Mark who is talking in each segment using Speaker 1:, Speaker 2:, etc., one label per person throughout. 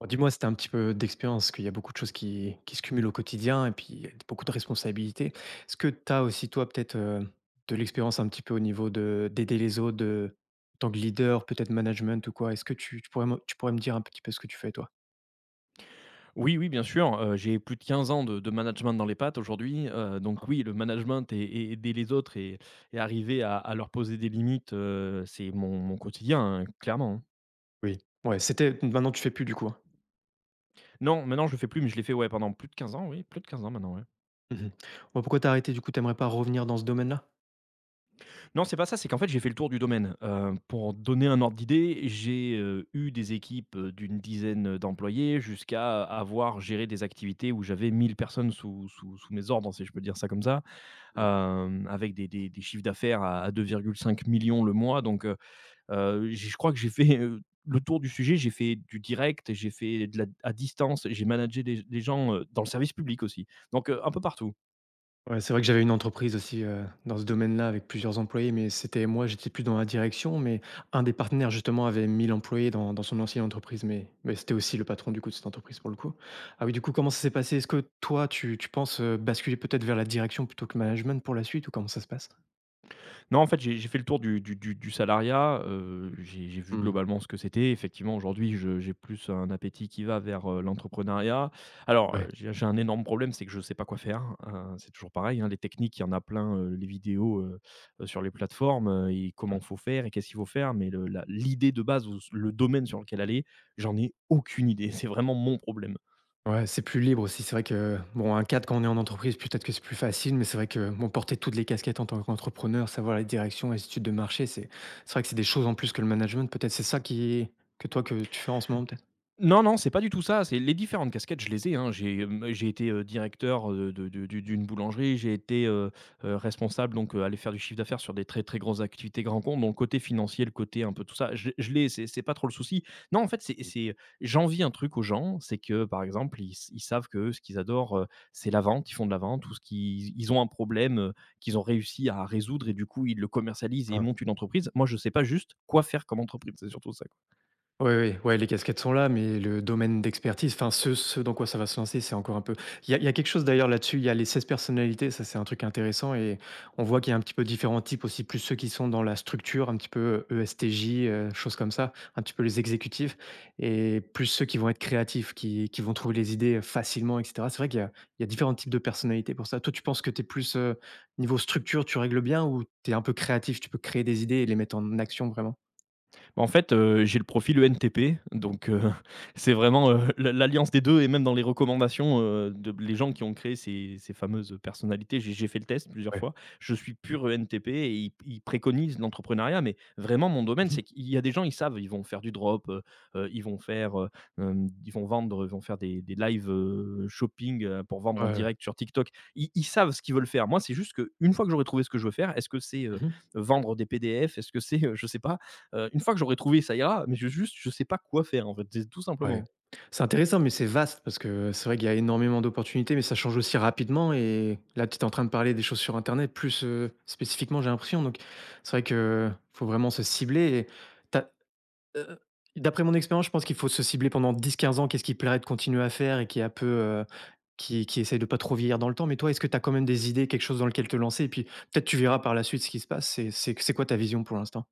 Speaker 1: Bon, dis-moi si un petit peu d'expérience, qu'il y a beaucoup de choses qui se cumulent au quotidien et puis il y a beaucoup de responsabilités. Est-ce que tu as aussi toi peut-être, de l'expérience un petit peu au niveau de d'aider les autres, de en tant que leader, peut-être management ou quoi? Est-ce que tu pourrais me dire un petit peu ce que tu fais toi?
Speaker 2: Oui, oui, bien sûr, j'ai plus de 15 ans de management dans les pattes aujourd'hui, donc
Speaker 1: Hein?
Speaker 2: oui, le management et aider les autres et arriver à leur poser des limites, c'est mon quotidien, hein, clairement, hein.
Speaker 1: Oui. Ouais, c'était maintenant tu fais plus du coup, hein?
Speaker 2: Non, maintenant je le fais plus, mais je l'ai fait, ouais, pendant plus de 15 ans, oui, plus de 15 ans maintenant, ouais.
Speaker 1: Mmh. Bon, pourquoi t'as arrêté du coup? T'aimerais pas revenir dans ce domaine-là?
Speaker 2: Non, c'est pas ça, c'est qu'en fait, j'ai fait le tour du domaine. Pour donner un ordre d'idée, j'ai, eu des équipes, d'une dizaine, d'employés jusqu'à avoir géré des activités où j'avais 1 000 personnes sous mes ordres, si je peux dire ça comme ça. Avec des chiffres d'affaires à 2,5 000 000 le mois, donc j'ai je crois que j'ai fait, le tour du sujet. J'ai fait du direct, j'ai fait de la à distance, j'ai managé des gens, dans le service public aussi, donc un peu partout.
Speaker 1: Ouais, c'est vrai que j'avais une entreprise aussi, dans ce domaine-là avec plusieurs employés, mais c'était moi, j'étais plus dans la direction, mais un des partenaires justement avait 1000 employés dans son ancienne entreprise, mais c'était aussi le patron du coup de cette entreprise pour le coup. Ah oui, du coup, comment ça s'est passé? Est-ce que toi tu penses, basculer peut-être vers la direction plutôt que management pour la suite ou comment ça se passe?
Speaker 2: Non, en fait, j'ai fait le tour du salariat, j'ai vu
Speaker 1: Mmh,
Speaker 2: globalement ce que c'était. Effectivement, aujourd'hui, je j'ai plus un appétit qui va vers, l'entrepreneuriat. Alors,
Speaker 1: ouais.
Speaker 2: j'ai un énorme problème, c'est que je ne sais pas quoi faire, c'est toujours pareil, hein, les techniques, il y en a plein, les vidéos, sur les plateformes, et comment faut faire et qu'est-ce qu'il faut faire, mais le la l'idée de base ou s le domaine sur lequel aller, j'en ai aucune idée. C'est vraiment mon problème.
Speaker 1: Ouais, c'est plus libre aussi. C'est vrai que, bon, un cadre quand on est en entreprise, peut-être que c'est plus facile, mais c'est vrai que, bon, porter toutes les casquettes en tant qu'entrepreneur, savoir les directions, les études de marché, c'est vrai que c'est des choses en plus que le management. Peut-être c'est ça qui que toi que tu fais en ce moment, peut-être?
Speaker 2: Non, non, c'est pas du tout ça, c'est les différentes casquettes, je les ai, hein. J'ai été, directeur, de du d'une boulangerie, responsable, donc, aller faire du chiffre d'affaires sur des très, très grosses activités grands comptes, donc le côté financier, le côté un peu tout ça, je l'ai, c'est pas trop le souci. Non, en fait, c'est j'envie un truc aux gens, c'est que, par exemple, ils savent que ce qu'ils adorent, c'est la vente, ils font de la vente ou ce qu'ils ont un problème, qu'ils ont réussi à résoudre et du coup, ils le commercialisent et ils montent une entreprise. Moi, je sais pas juste quoi faire comme entreprise, c'est surtout ça.
Speaker 1: Oui, oui, ouais, les casquettes sont là, mais le domaine d'expertise, enfin, ce dans quoi ça va se lancer, c'est encore un peu. Il y a quelque chose d'ailleurs là-dessus, il y a les 16 personnalités, ça c'est un truc intéressant, et on voit qu'il y a un petit peu différents types aussi, plus ceux qui sont dans la structure, un petit peu ESTJ, choses comme ça, un petit peu les exécutifs, et plus ceux qui vont être créatifs, qui vont trouver les idées facilement, etc. C'est vrai qu'il y a différents types de personnalités pour ça. Toi, tu penses que tu es plus niveau structure, tu règles bien, ou tu es un peu créatif, tu peux créer des idées et les mettre en action vraiment?
Speaker 2: Bah, en fait, j'ai le profil ENTP, donc c'est vraiment, l'alliance des 2. Et même dans les recommandations, de les gens qui ont créé ces fameuses personnalités, j'ai fait le test plusieurs
Speaker 1: Ouais.
Speaker 2: fois. Je suis pur ENTP et ils préconisent l'entrepreneuriat, mais vraiment mon domaine,
Speaker 1: Mhm.
Speaker 2: c'est qu'il y a des gens, ils savent, ils vont faire du drop, heu, ils vont faire, heu, ils vont vendre, ils vont faire des lives, shopping, pour vendre en
Speaker 1: Ouais, ouais.
Speaker 2: direct sur TikTok. Ils savent ce qu'ils veulent faire. Moi, c'est juste que une fois que j'aurai trouvé ce que je veux faire, est-ce que c'est,
Speaker 1: Mhm.
Speaker 2: vendre des PDF? Est-ce que c'est, je sais pas. Une fois que j'aurai trouvé, ça ira, mais je juste, je sais pas quoi faire, en fait, c'est tout
Speaker 1: Ouais.
Speaker 2: simplement.
Speaker 1: C'est intéressant, mais c'est vaste parce que c'est vrai qu'il y a énormément d'opportunités, mais ça change aussi rapidement. Et là, tu es en train de parler des choses sur Internet, plus spécifiquement, j'ai l'impression. Donc, c'est vrai que faut vraiment se cibler. Et t'as- euh, D'après mon expérience, je pense qu'il faut se cibler pendant 10-15 ans. Qu'est-ce qui plairait de continuer à faire et qui est un peu qui essaye de pas trop vieillir dans le temps. Mais toi, est-ce que tu as quand même des idées, quelque chose dans lequel te lancer? Et puis, peut-être tu verras par la suite ce qui se passe. C'est quoi ta vision pour l'instant?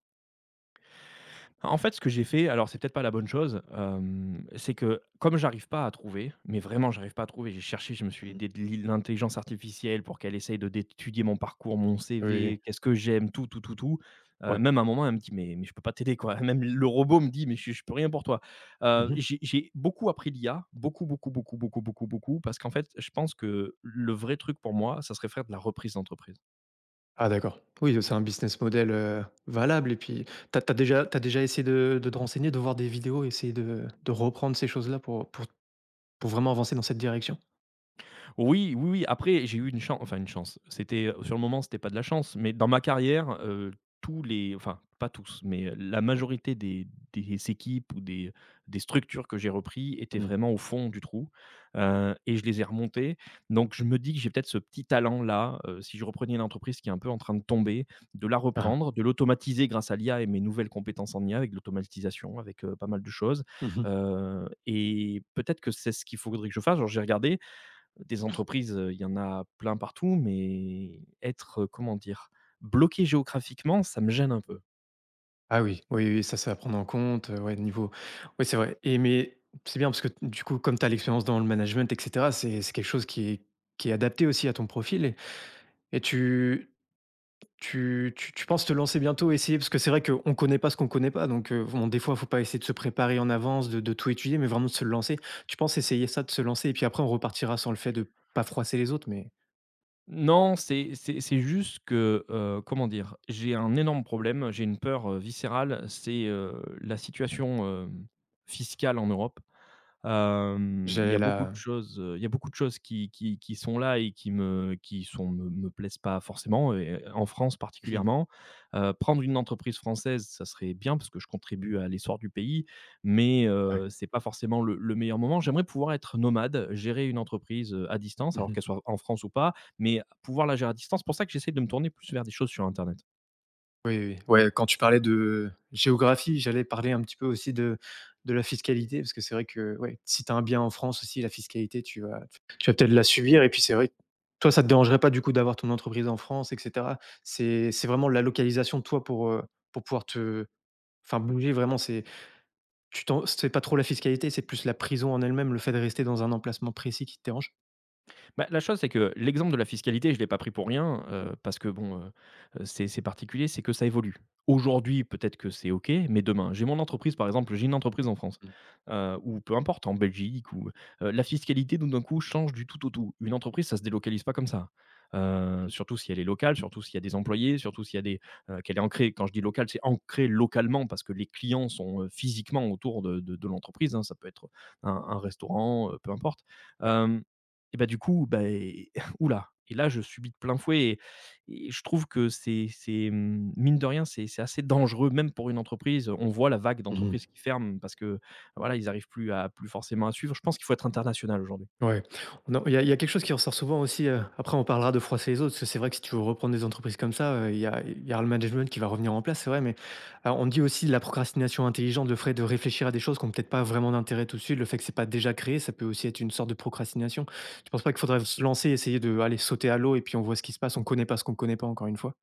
Speaker 2: En fait, ce que j'ai fait, alors c'est peut-être pas la bonne chose, c'est que comme j'arrive pas à trouver, mais vraiment j'arrive pas à trouver, j'ai cherché, je me suis aidé de l'intelligence artificielle pour qu'elle essaye de d'étudier mon parcours, mon
Speaker 1: Oui, oui.
Speaker 2: CV, qu'est-ce que j'aime, tout, tout, tout, tout. Heu,
Speaker 1: Oui.
Speaker 2: même à un moment, elle me dit: «Mais je peux pas t'aider, quoi». Même le robot me dit: «Mais je peux rien pour toi». Heu,
Speaker 1: Ouais.
Speaker 2: j'ai j'ai beaucoup appris l'IA, beaucoup, beaucoup, beaucoup, beaucoup, beaucoup, beaucoup, parce qu'en fait, je pense que le vrai truc pour moi, ça serait faire de la reprise d'entreprise.
Speaker 1: Ah d'accord. Oui, c'est un business model, valable et puis tu as déjà t'as déjà essayé de te renseigner, de voir des vidéos, essayer de reprendre ces choses-là pour vraiment avancer dans cette direction?
Speaker 2: Oui, oui, oui. Après, j'ai eu une chance, enfin une chance. C'était sur le moment, c'était pas de la chance, mais dans ma carrière, tous les enfin, pas tous, mais la majorité des équipes ou des structures que j'ai repris étaient
Speaker 1: Mmh.
Speaker 2: vraiment au fond du trou, et je les ai remontées. Donc je me dis que j'ai peut-être ce petit talent-là, si je reprenais une entreprise qui est un peu en train de tomber, de la
Speaker 1: Hein hein.
Speaker 2: reprendre, de l'automatiser grâce à l'IA et mes nouvelles compétences en IA avec de l'automatisation, avec, pas mal de choses,
Speaker 1: Mmh.
Speaker 2: et peut-être que c'est ce qu'il faudrait que je fasse. Alors j'ai regardé des entreprises, il y en a plein partout, mais être, comment dire? Bloqué géographiquement, ça me gêne un peu.
Speaker 1: Ah oui, oui, oui, ça, c'est à prendre en compte, ouais, niveau oui, c'est vrai et mais c'est bien parce que du coup, comme tu as l'expérience dans le management et cetera, c'est quelque chose qui est adapté aussi à ton profil et tu penses te lancer bientôt, essayer parce que c'est vrai qu'on ne connaît pas ce qu'on ne connaît pas, donc bon, des fois, il ne faut pas essayer de se préparer en avance, de tout étudier, mais vraiment de se lancer. Tu penses essayer ça, de se lancer et puis après on repartira sans le fait de pas froisser les autres, mais
Speaker 2: Non, c'est juste que, comment dire? J'ai un énorme problème, j'ai une peur, viscérale, c'est, la situation, fiscale en Europe. Il y a
Speaker 1: j'allais
Speaker 2: beaucoup de
Speaker 1: là.
Speaker 2: choses, il y a beaucoup de choses qui sont là et qui me qui sont me me plaisent pas forcément et en France
Speaker 1: Mmh
Speaker 2: particulièrement. Prendre une entreprise française, ça serait bien parce que je contribue à l'essor du pays, mais, c'est pas forcément le meilleur moment. J'aimerais pouvoir être nomade, gérer une entreprise, à distance, alors
Speaker 1: ouais.
Speaker 2: qu'elle soit en France ou pas, mais pouvoir la gérer à distance, c'est pour ça que j'essaie de me tourner plus vers des choses sur Internet.
Speaker 1: Oui, oui, ouais, quand tu parlais de géographie, j'allais parler un petit peu aussi de la fiscalité, parce que c'est vrai que, ouais, si tu as un bien en France aussi, la fiscalité, tu vas peut-être la subir et puis c'est vrai que toi, ça te dérangerait pas du coup d'avoir ton entreprise en France et cetera? C'est vraiment la localisation, de toi, pour pouvoir te enfin bouger vraiment, c'est tu t'en c'est pas trop la fiscalité, c'est plus la prison en elle-même, le fait de rester dans un emplacement précis qui te dérange?
Speaker 2: Bah, la chose, c'est que l'exemple de la fiscalité, je ne l'ai pas pris pour rien, parce que bon, c'est particulier, c'est que ça évolue. Aujourd'hui, peut-être que c'est OK, mais demain, j'ai mon entreprise, par exemple, j'ai une entreprise en France,
Speaker 1: Mmh,
Speaker 2: ou peu importe, en Belgique ou la fiscalité, tout d'un coup, change du tout au tout. Une entreprise, ça ne se délocalise pas comme ça, surtout si elle est locale, surtout s'il y a des employés, surtout s'il y a des qu'elle est ancrée. Quand je dis locale, c'est ancré localement parce que les clients sont, physiquement autour de l'entreprise, hein. Ça peut être un restaurant, peu importe,
Speaker 1: ouais.
Speaker 2: hem et bah, du coup, bah et ouh, et là, je subis de plein fouet et je trouve que mine de rien, c'est assez dangereux même pour une entreprise. On voit la vague
Speaker 1: Mmh.
Speaker 2: d'entreprises qui ferment parce que, voilà, ils arrivent plus à plus forcément à suivre. Je pense qu'il faut être international aujourd'hui.
Speaker 1: Ouais. On en il y a quelque chose qui ressort souvent aussi, après on parlera de froisser les autres, parce que c'est vrai que si tu veux reprendre des entreprises comme ça, il y aura le management qui va revenir en place, c'est vrai, mais on dit aussi de la procrastination intelligente, le fait de réfléchir à des choses qui ont peut-être pas vraiment d'intérêt tout de suite, le fait que c'est pas déjà créé, ça peut aussi être une sorte de procrastination. Tu penses pas qu'il faudrait se lancer, essayer de, aller sauter à l'eau et puis on voit ce qui se passe, on connaît pas ce qu'on connaît pas, encore une fois?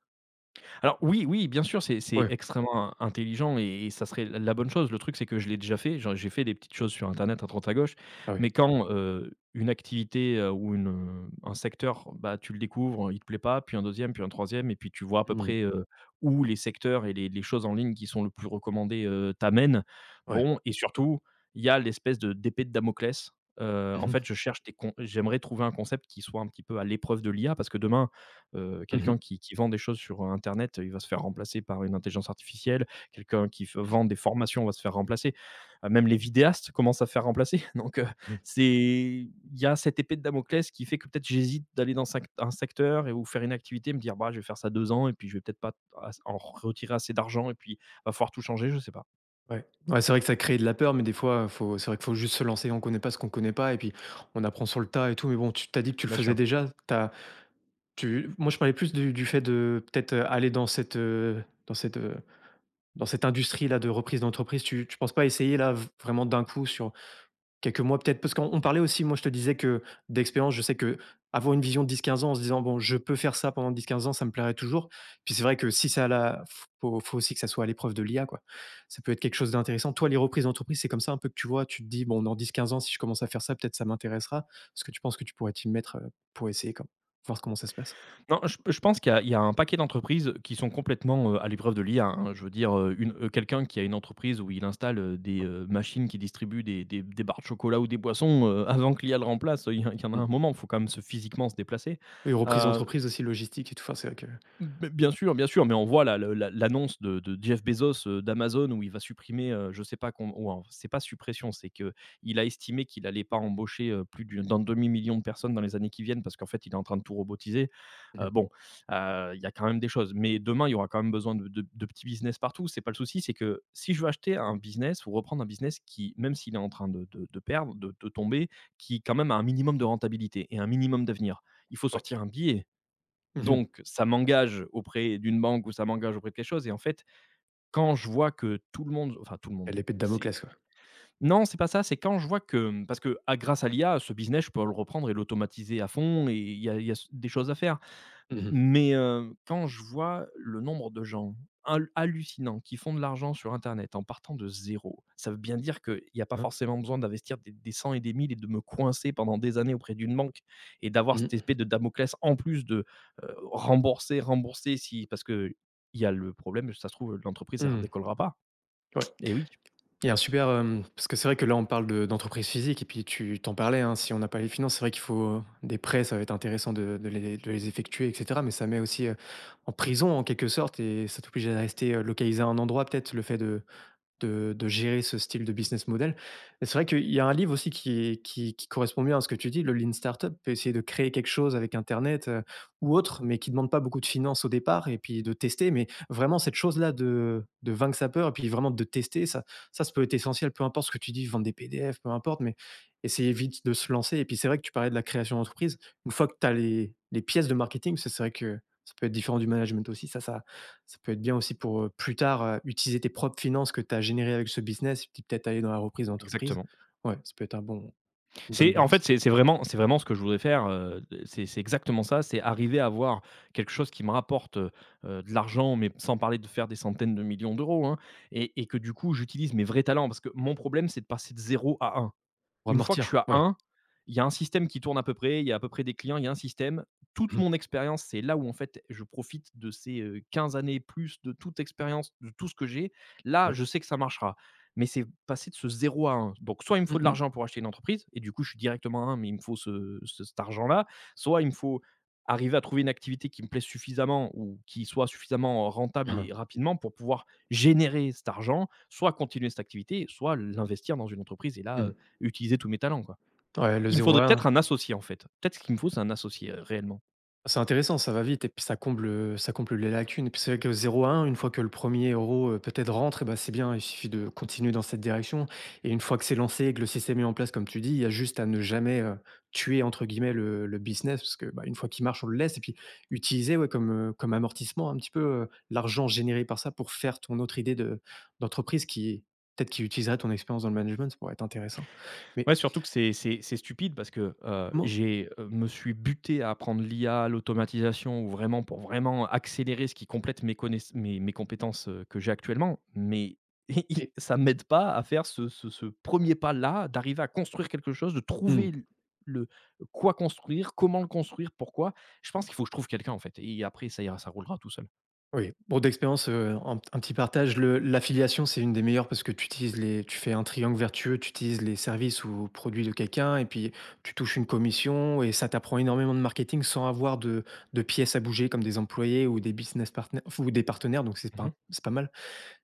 Speaker 2: Alors oui, oui, bien sûr, c'est
Speaker 1: Ouais.
Speaker 2: extrêmement intelligent et ça serait la bonne chose. Le truc, c'est que je l'ai déjà fait. J'ai fait des petites choses sur internet à droite à gauche,
Speaker 1: Ah oui.
Speaker 2: mais quand, une activité, un secteur, bah, tu le découvres, il te plaît pas, puis un deuxième, puis un troisième, et puis tu vois à peu
Speaker 1: Mmh.
Speaker 2: près, où les secteurs et les choses en ligne qui sont le plus recommandées, t'amènent.
Speaker 1: Ouais.
Speaker 2: Bon, et surtout, il y a l'espèce de d'épée de Damoclès. En
Speaker 1: Mmh
Speaker 2: fait, je
Speaker 1: mh.
Speaker 2: cherche des con j'aimerais trouver un concept qui soit un petit peu à l'épreuve de l'IA, parce que demain, Heu,
Speaker 1: Mmh.
Speaker 2: quelqu'un qui vend des choses sur internet il va se faire remplacer par une intelligence artificielle. Quelqu'un qui f vend des formations va se faire remplacer. Même les vidéastes commencent à se faire remplacer. Donc,
Speaker 1: Mmh.
Speaker 2: c'est il y a cette épée de Damoclès qui fait que peut-être j'hésite d'aller dans sect un secteur et ou faire une activité, me dire: «Bah, je vais faire ça 2 ans et puis je vais peut-être pas as en retirer assez d'argent et puis va falloir tout changer», je sais pas.
Speaker 1: Ouais. Ouais, c'est vrai que ça crée de la peur, mais des fois, faut c'est vrai qu'il faut juste se lancer. On connaît pas ce qu'on connaît pas et puis on apprend sur le tas et tout. Mais bon, tu t'as dit que tu le
Speaker 2: Bien
Speaker 1: faisais
Speaker 2: sûr.
Speaker 1: déjà. T'as tu moi, je parlais plus du fait de peut-être, aller dans cette, heu, dans cette industrie-là de reprise d'entreprise. Tu penses pas essayer là v vraiment d'un coup sur quelques mois peut-être, parce qu'on parlait aussi, moi je te disais que d'expérience, je sais que avoir une vision de 10-15 ans en se disant: «Bon, je peux faire ça pendant 10-15 ans, ça me plairait toujours». Puis c'est vrai que si ça la faut aussi que ça soit à l'épreuve de l'IA, quoi. Ça peut être quelque chose d'intéressant. Toi, les reprises d'entreprise, c'est comme ça un peu que tu vois? Tu te dis: «Bon, dans 10-15 ans, si je commence à faire ça, peut-être ça m'intéressera». Est-ce que tu penses que tu pourrais t'y mettre, pour essayer comme voir comment ça se passe?
Speaker 2: Non, je pense qu'il y a un paquet d'entreprises qui sont complètement, à l'épreuve de l'IA, hein. Je veux dire, quelqu'un qui a une entreprise où il installe, des, machines qui distribuent des barres de chocolat ou des boissons, avant que l'I a le remplace, il y en a
Speaker 1: Mmh.
Speaker 2: un moment, il faut quand même se physiquement se déplacer.
Speaker 1: Oui, reprises
Speaker 2: Euh,
Speaker 1: d'entreprise aussi, logistique et tout, enfin c'est vrai que.
Speaker 2: B bien sûr, mais on voit la le la l'annonce de Jeff Bezos, d'Amazon où il va supprimer, je sais pas com ou en c'est pas suppression, c'est que il a estimé qu'il allait pas embaucher, plus du d'un demi million de personnes dans les années qui viennent parce qu'en fait, il est en train de tout robotiser. Heu,
Speaker 1: Mmh
Speaker 2: bon, il y a quand même des choses, mais demain, il y aura quand même besoin de petits business partout. C'est pas le souci, c'est que si je veux acheter un business ou reprendre un business qui, même s'il est en train de perdre, de tomber, qui quand même a un minimum de rentabilité et un minimum d'avenir, il faut
Speaker 1: ouais.
Speaker 2: sortir un billet.
Speaker 1: Mmh.
Speaker 2: Donc ça m'engage auprès d'une banque ou ça m'engage auprès de quelque chose et en fait, quand je vois que tout le monde enfin tout le
Speaker 1: Il
Speaker 2: monde,
Speaker 1: y a l'épée de
Speaker 2: c'est
Speaker 1: Damoclès, quoi.
Speaker 2: non, c'est pas ça, c'est quand je vois que parce que à grâce à l'IA, ce business, je peux le reprendre et l'automatiser à fond et il y a s des choses à faire.
Speaker 1: Mmh.
Speaker 2: Mais quand je vois le nombre de gens hallucinants qui font de l'argent sur internet en partant de zéro, ça veut bien dire qu'il n'y a pas
Speaker 1: Hein?
Speaker 2: forcément besoin d'investir des cents et des 1000 et de me coincer pendant des années auprès d'une banque et d'avoir
Speaker 1: Mmh
Speaker 2: cette
Speaker 1: mh.
Speaker 2: espèce de Damoclès en plus de, rembourser, rembourser si parce que il y a le problème, ça se trouve l'entreprise elle
Speaker 1: Mmh.
Speaker 2: décollera pas.
Speaker 1: Ouais.
Speaker 2: Et oui,
Speaker 1: Il y a un super, parce que c'est vrai que là, on parle de d'entreprises physiques et puis tu t'en parlais, hein, si on n'a pas les finances, c'est vrai qu'il faut des prêts, ça va être intéressant de les effectuer et cetera, mais ça met aussi, en prison en quelque sorte et ça t'oblige à rester, localisé à un endroit peut-être, le fait de gérer ce style de business model. Et c'est vrai qu'il y a un livre aussi qui est qui correspond bien à ce que tu dis, le Lean Startup, peut essayer de créer quelque chose avec internet, ou autre, mais qui ne demande pas beaucoup de finances au départ et puis de tester. Mais vraiment cette chose-là de vaincre sa peur et puis vraiment de tester, ça peut être essentiel, peu importe ce que tu dis, vendre des PDF, peu importe, mais essayer vite de se lancer. Et puis c'est vrai que tu parlais de la création d'entreprise. Une fois que tu as les pièces de marketing, c'est vrai que ça peut être différent du management aussi. Ça peut être bien aussi pour, plus tard, utiliser tes propres finances que tu as générées avec ce business, et puis peut-être aller dans la reprise d'entreprise.
Speaker 2: exactement.
Speaker 1: Ouais, ça peut être un bon une bonne
Speaker 2: C'est en fait,
Speaker 1: balance.
Speaker 2: c'est vraiment, c'est vraiment ce que je voudrais faire. C'est exactement ça. C'est arriver à avoir quelque chose qui me rapporte de l'argent, mais sans parler de faire des centaines de millions d'euros, hein, et que du coup, j'utilise mes vrais talents. Parce que mon problème, c'est de passer de zéro à un
Speaker 1: Pour
Speaker 2: une fois que je
Speaker 1: amortir,
Speaker 2: suis à
Speaker 1: ouais.
Speaker 2: un, il y a un système qui tourne à peu près, il y a à peu près des clients, il y a un système. Toute
Speaker 1: Mmh,
Speaker 2: mon expérience, c'est là où en fait je profite de ces 15 années plus de toute expérience, de tout ce que j'ai. Là,
Speaker 1: ouais.
Speaker 2: je sais que ça marchera. Mais c'est passer de ce zéro à un. Donc, soit il me
Speaker 1: Mmh
Speaker 2: faut de
Speaker 1: mh.
Speaker 2: l'argent pour acheter une entreprise, et du coup, je suis directement à 1, mais il me faut cet argent-là. Soit il me faut arriver à trouver une activité qui me plaise suffisamment ou qui soit suffisamment rentable et rapidement pour pouvoir générer cet argent, soit continuer cette activité, soit l'investir dans une entreprise. Et là,
Speaker 1: Mmh.
Speaker 2: utiliser tous mes talents, quoi.
Speaker 1: Ouais, le
Speaker 2: Il me
Speaker 1: zéro
Speaker 2: faudrait
Speaker 1: à
Speaker 2: peut-être
Speaker 1: 1.
Speaker 2: un associé, en fait. Peut-être ce qu'il me faut, c'est un associé, réellement.
Speaker 1: C'est intéressant, ça va vite et puis ça comble les lacunes et puis c'est vrai que zéro à 1, une fois que le premier euro, peut-être rentre et ben c'est bien, il suffit de continuer dans cette direction et une fois que c'est lancé et que le système est en place comme tu dis, il y a juste à ne jamais, «tuer» entre guillemets le business parce que, bah, une fois qu'il marche, on le laisse et puis utiliser, ouais, comme amortissement un petit peu, l'argent généré par ça pour faire ton autre idée de d'entreprise qui peut-être qui utiliserait ton expérience dans le management, ça pourrait être intéressant. Mais
Speaker 2: Ouais, surtout que c'est stupide parce que,
Speaker 1: comment
Speaker 2: j'ai, me suis buté à apprendre l'IA, l'automatisation ou vraiment pour vraiment accélérer ce qui complète mes connaiss mes compétences, que j'ai actuellement, mais i i
Speaker 1: et
Speaker 2: ça ne m'aide pas à faire ce 1 pas-là, d'arriver à construire quelque chose, de trouver
Speaker 1: mmh.
Speaker 2: l le quoi construire, comment le construire, pourquoi. Je pense qu'il faut que je trouve quelqu'un, en fait et après ça ira, ça roulera tout seul.
Speaker 1: Oui, bon d'expérience, un petit partage, le l'affiliation, c'est une des meilleures parce que tu utilises les tu fais un triangle vertueux, tu utilises les services ou produits de quelqu'un et puis tu touches une commission et ça t'apprend énormément de marketing sans avoir de pièces à bouger comme des employés ou des business partners ou des partenaires donc c'est
Speaker 2: Mmh.
Speaker 1: pas c'est pas mal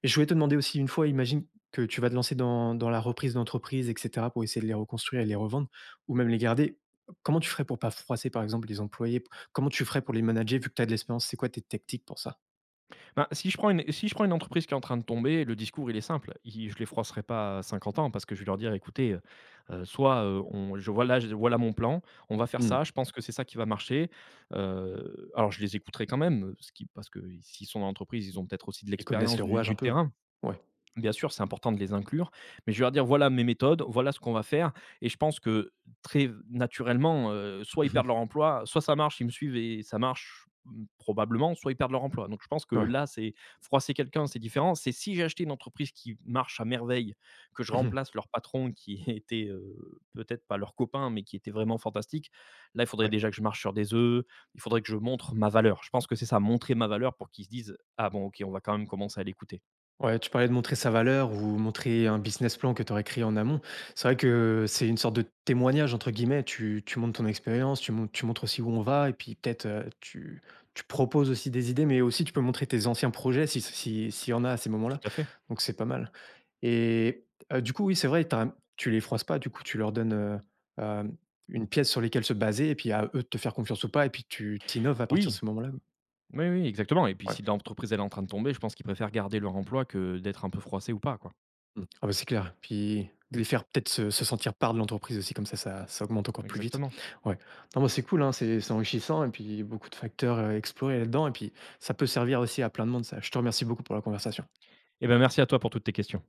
Speaker 1: et je voulais te demander aussi une fois, imagine que tu vas te lancer dans la reprise d'entreprise et cetera pour essayer de les reconstruire et les revendre ou même les garder. Comment tu ferais pour pas froisser par exemple les employés? Comment tu ferais pour les manager vu que tu as de l'expérience? C'est quoi tes tactiques pour ça?
Speaker 2: Ben, si je prends une entreprise qui est en train de tomber, le discours, il est simple. I Je ne les froisserai pas à 50 ans parce que je vais leur dire: «Écoutez, soit, on je voilà mon plan, on va faire
Speaker 1: Mmh.
Speaker 2: ça, je pense que c'est ça qui va marcher». Alors je les écouterai quand même, ce qui parce que s'ils sont dans l'entreprise, ils ont peut-être aussi de
Speaker 1: Ils connaissent
Speaker 2: l'expérience
Speaker 1: les
Speaker 2: du
Speaker 1: rouages un
Speaker 2: du
Speaker 1: peu?
Speaker 2: terrain.
Speaker 1: Ouais.
Speaker 2: Bien sûr, c'est important de les inclure, mais je vais leur dire: «Voilà mes méthodes, voilà ce qu'on va faire» et je pense que très naturellement, soit ils perdent
Speaker 1: Mmh.
Speaker 2: leur emploi, soit ça marche, ils me suivent et ça marche, mmh, probablement, soit ils perdent leur emploi. Donc je pense que
Speaker 1: Ouais.
Speaker 2: là, c'est froisser quelqu'un, c'est différent. C'est si j'ai acheté une entreprise qui marche à merveille, que je
Speaker 1: Mmh.
Speaker 2: remplace leur patron qui était, peut-être pas leur copain, mais qui était vraiment fantastique. Là, il faudrait
Speaker 1: Ouais.
Speaker 2: déjà que je marche sur des œufs, il faudrait que je montre ma valeur. Je pense que c'est ça, montrer ma valeur pour qu'ils se disent: «Ah bon, OK, on va quand même commencer à l'écouter».
Speaker 1: Ouais, tu parlais de montrer sa valeur ou montrer un business plan que tu aurais créé en amont. C'est vrai que c'est une sorte de «témoignage» entre guillemets. Tu montres ton expérience, tu montres aussi où on va et puis peut-être, tu proposes aussi des idées, mais aussi tu peux montrer tes anciens projets si si s'il y en a à ces
Speaker 2: Tout
Speaker 1: moments-là.
Speaker 2: à fait.
Speaker 1: Donc c'est pas mal et du coup, oui, c'est vrai, tu les froisses pas, du coup, tu leur donnes, hem, une pièce sur lesquelles se baser et puis à eux de te faire confiance ou pas et puis tu t'innoves à partir de
Speaker 2: Oui.
Speaker 1: ce moment-là, oui.
Speaker 2: Oui, oui, exactement et puis si
Speaker 1: Ouais.
Speaker 2: l'entreprise, elle est en train de tomber, je pense qu'ils préfèrent garder leur emploi que d'être un peu froissés ou pas, quoi.
Speaker 1: Mmh. Ah bah, c'est clair. Puis de les faire peut-être se sentir part de l'entreprise aussi comme ça, ça augmente encore plus vite.
Speaker 2: Exactement.
Speaker 1: Ouais. Non, moi c'est cool, hein, c'est enrichissant et puis beaucoup de facteurs, explorés là-dedans et puis ça peut servir aussi à plein de monde ça. Je te remercie beaucoup pour la conversation.
Speaker 2: Et ben, merci à toi pour toutes tes questions.